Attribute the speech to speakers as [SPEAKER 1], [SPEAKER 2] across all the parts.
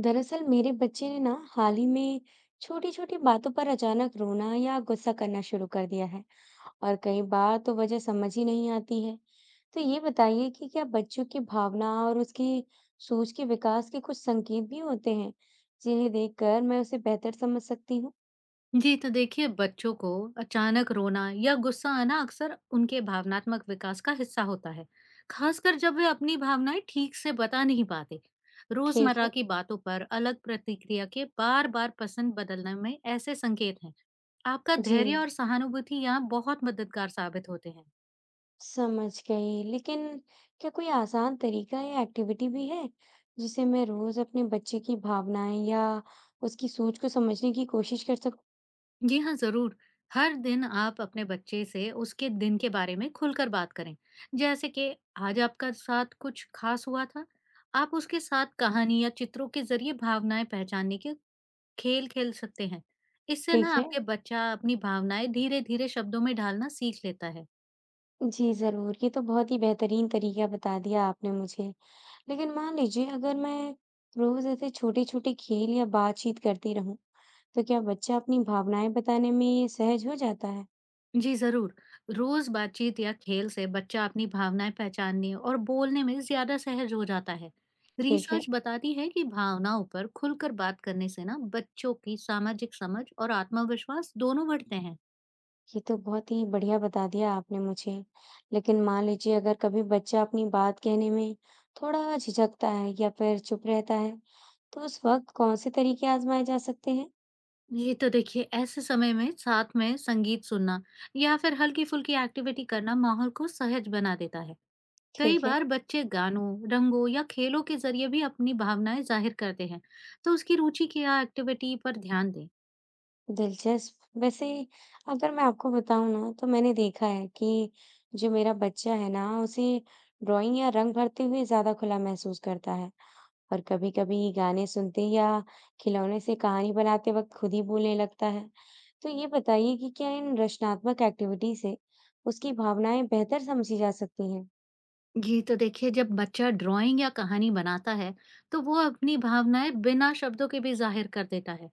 [SPEAKER 1] दरअसल मेरे बच्चे ने ना हाल ही में छोटी छोटी बातों पर अचानक रोना या गुस्सा करना शुरू कर दिया है। और कई बार तो वजह समझ ही नहीं आती है। तो ये बताइए कि क्या बच्चों की भावना और उसकी सोच के विकास के कुछ संकेत भी होते हैं जिन्हें देखकर मैं उसे बेहतर समझ सकती हूँ।
[SPEAKER 2] जी, तो देखिए बच्चों को अचानक रोना या गुस्सा आना अक्सर उनके भावनात्मक विकास का हिस्सा होता है, खासकर जब वे अपनी भावनाएं ठीक से बता नहीं पाते।
[SPEAKER 1] ठीक
[SPEAKER 2] रोजमर्रा
[SPEAKER 1] है।
[SPEAKER 2] की बातों पर अलग प्रतिक्रिया के बार-बार पसंद बदलने में ऐसे संकेत हैं। आपका
[SPEAKER 1] जी,
[SPEAKER 2] धैर्य और सहानुभूति यहाँ बहुत मददगार साबित होते हैं।
[SPEAKER 1] समझ गई लेकिन क्या कोई आसान तरीका या एक्टिविटी भी है जिसे मैं रोज अपने बच्चे की भावनाएं या उसकी सोच को समझने की कोशिश कर सकूं।
[SPEAKER 2] जी हाँ, ज़रूर। हर दिन आप अपने बच्चे से उसके दिन के बारे में खुलकर बात करें। जैसे कि आज आपका साथ कुछ खास हुआ था। आप उसके साथ कहानी या चित्रों के ज़रिए भावनाएँ पहचानने के खेल खेल सकते हैं। इससे ना
[SPEAKER 1] ठीक है।
[SPEAKER 2] आपके बच्चा अपनी भावनाएँ धीरे-धीरे शब्दों में ढालना सीख लेता है।
[SPEAKER 1] जी, ज़रूर। ये तो बहुत ही बेहतरीन तरीका बता दिया आपने मुझे। लेकिन मान लीजिए अगर मैं रोज़ ऐसे छोटे-छोटे खेल या बातचीत करती रहूँ, तो क्या बच्चा अपनी भावनाएँ बताने में सहज हो जाता है?
[SPEAKER 2] जी जरूर। रोज बातचीत या खेल से बच्चा अपनी भावनाएं पहचानने और बोलने में ज्यादा सहज हो जाता है।
[SPEAKER 1] ठीक है,
[SPEAKER 2] रिसर्च बताती है कि भावनाओं पर खुलकर बात करने से ना बच्चों की सामाजिक समझ और आत्मविश्वास दोनों बढ़ते हैं।
[SPEAKER 1] ये तो बहुत ही बढ़िया बता दिया आपने मुझे। लेकिन मान लीजिए अगर कभी बच्चा अपनी बात कहने में थोड़ा झिझकता है या फिर चुप रहता है, तो उस वक़्त कौन से तरीके आज़माए जा सकते हैं?
[SPEAKER 2] ये तो देखिए ऐसे समय में साथ में संगीत सुनना या फिर हल्की फुल्की एक्टिविटी करना माहौल को सहज बना देता है। कई
[SPEAKER 1] ठीक है।
[SPEAKER 2] बार बच्चे गानों रंगों या खेलों के जरिए भी अपनी भावनाएं जाहिर करते हैं। तो उसकी रुचि की या एक्टिविटी पर ध्यान दें।
[SPEAKER 1] दिलचस्प। वैसे अगर मैं आपको बताऊँ ना तो मैंने देखा है कि जो मेरा बच्चा है ना उसे ड्राइंग या रंग भरते हुए ज़्यादा खुला महसूस करता है, और कभी-कभी गाने सुनते या खिलौने से कहानी बनाते वक्त खुद ही बोलने लगता है। तो ये बताइए कि क्या इन रचनात्मक एक्टिविटी से उसकी भावनाएं बेहतर समझी जा सकती हैं?
[SPEAKER 2] जी, तो देखिए जब बच्चा ड्राइंग या कहानी बनाता है, तो वो अपनी भावनाएँ बिना शब्दों के भी ज़ाहिर कर देता है।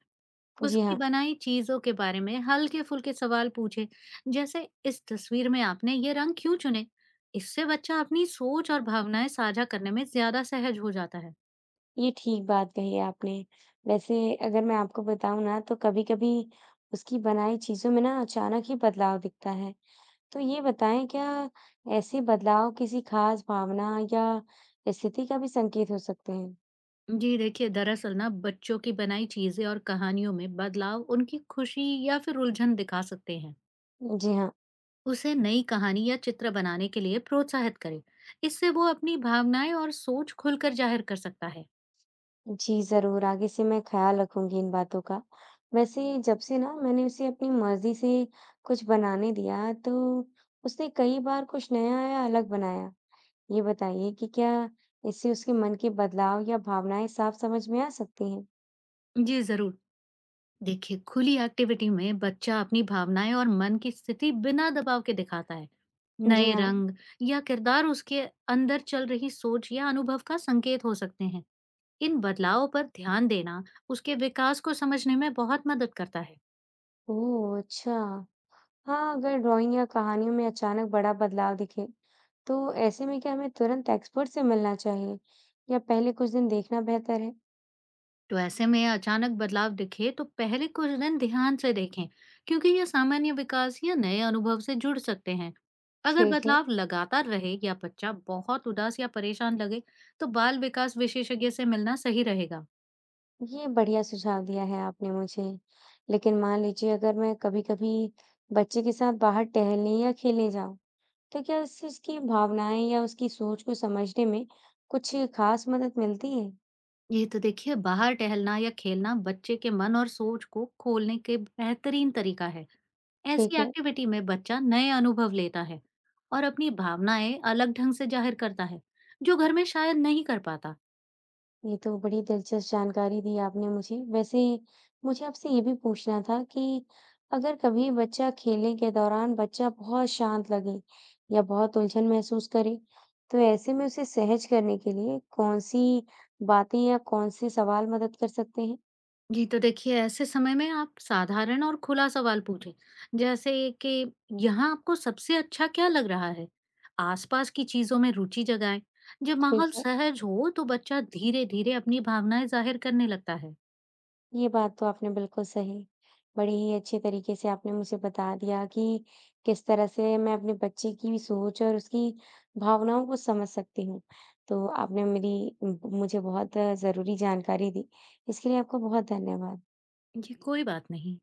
[SPEAKER 1] जी
[SPEAKER 2] उसकी
[SPEAKER 1] हाँ,
[SPEAKER 2] बनाई चीज़ों के बारे में हल्के-फुल्के सवाल पूछे, जैसे इस तस्वीर में आपने ये रंग क्यों चुने? इससे बच्चा अपनी सोच और भावनाएँ साझा करने में ज़्यादा सहज हो जाता है।
[SPEAKER 1] ये ठीक बात कही है आपने। वैसे अगर मैं आपको बताऊँ ना तो कभी-कभी उसकी बनाई चीज़ों में ना अचानक ही बदलाव दिखता है। तो ये बताएँ क्या ऐसे बदलाव किसी ख़ास भावना या स्थिति का भी संकेत हो सकते हैं?
[SPEAKER 2] जी देखिए, दरअसल ना बच्चों की बनाई चीज़ें और कहानियों में बदलाव उनकी खुशी या फिर उलझन दिखा सकते हैं।
[SPEAKER 1] जी हाँ।
[SPEAKER 2] उसे नई कहानी या चित्र बनाने के लिए प्रोत्साहित करें। इससे वो अपनी भावनाएं और सोच खुलकर जाहिर कर सकता है।
[SPEAKER 1] जी ज़रूर, आगे से मैं ख़्याल रखूँगी इन बातों का। वैसे जब से ना मैंने उसे अपनी मर्ज़ी से कुछ बनाने दिया, तो उसने कई बार कुछ नया या अलग बनाया। ये बताइए कि क्या इससे उसके मन के बदलाव या भावनाएँ साफ़ समझ में आ सकती हैं?
[SPEAKER 2] जी जरूर। देखिए खुली एक्टिविटी में बच्चा अपनी भावनाएं और मन की स्थिति बिना दबाव के दिखाता है।
[SPEAKER 1] जी
[SPEAKER 2] नए
[SPEAKER 1] हाँ।
[SPEAKER 2] रंग या किरदार उसके अंदर चल रही सोच या अनुभव का संकेत हो सकते हैं। इन बदलावों पर ध्यान देना उसके विकास को समझने में बहुत मदद करता है।
[SPEAKER 1] ओह! अच्छा। हाँ, अगर ड्राइंग या कहानियों में अचानक बड़ा बदलाव दिखे, तो ऐसे में क्या हमें तुरंत एक्सपर्ट से मिलना चाहिए या पहले कुछ दिन देखना बेहतर है?
[SPEAKER 2] तो ऐसे में अचानक बदलाव दिखे तो पहले कुछ दिन ध्यान से देखें, क्योंकि ये सामान्य विकास या नए अनुभव से जुड़ सकते हैं। अगर
[SPEAKER 1] ठीक है,
[SPEAKER 2] बदलाव लगातार रहे या बच्चा बहुत उदास या परेशान लगे, तो बाल विकास विशेषज्ञ से मिलना सही रहेगा।
[SPEAKER 1] ये बढ़िया सुझाव दिया है आपने मुझे। लेकिन मान लीजिए अगर मैं कभी-कभी बच्चे के साथ बाहर टहलने या खेलने जाऊं, तो क्या इससे उसकी भावनाएं या उसकी सोच को समझने में कुछ खास मदद मिलती है?
[SPEAKER 2] ये तो देखिए बाहर टहलना या खेलना बच्चे के मन और सोच को खोलने के बेहतरीन तरीका है। ऐसी
[SPEAKER 1] ठीक है,
[SPEAKER 2] एक्टिविटी में बच्चा नए अनुभव लेता है और अपनी भावनाएं अलग ढंग से जाहिर करता है, जो घर में शायद नहीं कर पाता।
[SPEAKER 1] ये तो बड़ी दिलचस्प जानकारी दी आपने मुझे। वैसे मुझे आपसे ये भी पूछना था कि अगर कभी बच्चा खेलने के दौरान बच्चा बहुत शांत लगे या बहुत उलझन महसूस करे, तो ऐसे में उसे सहज करने के लिए कौन-सी बातें या कौन-से सवाल मदद कर सकते हैं?
[SPEAKER 2] जी, तो देखिए ऐसे समय में आप साधारण और खुला सवाल पूछें, जैसे कि यहाँ आपको सबसे अच्छा क्या लग रहा है? आसपास की चीजों में रुचि जगाएं। जब
[SPEAKER 1] ठीक
[SPEAKER 2] माहौल
[SPEAKER 1] है।
[SPEAKER 2] सहज हो, तो बच्चा धीरे-धीरे अपनी भावनाएं जाहिर करने लगता है।
[SPEAKER 1] ये बात तो आपने बिल्कुल सही, बड़े ही अच्छे तरीके से आपने मुझे बता दिया कि किस तरह से मैं अपने बच्चे की सोच और उसकी भावनाओं को समझ सकती हूँ। तो आपने मेरी मुझे बहुत ज़रूरी जानकारी दी, इसके लिए आपका बहुत धन्यवाद।
[SPEAKER 2] ये कोई बात नहीं।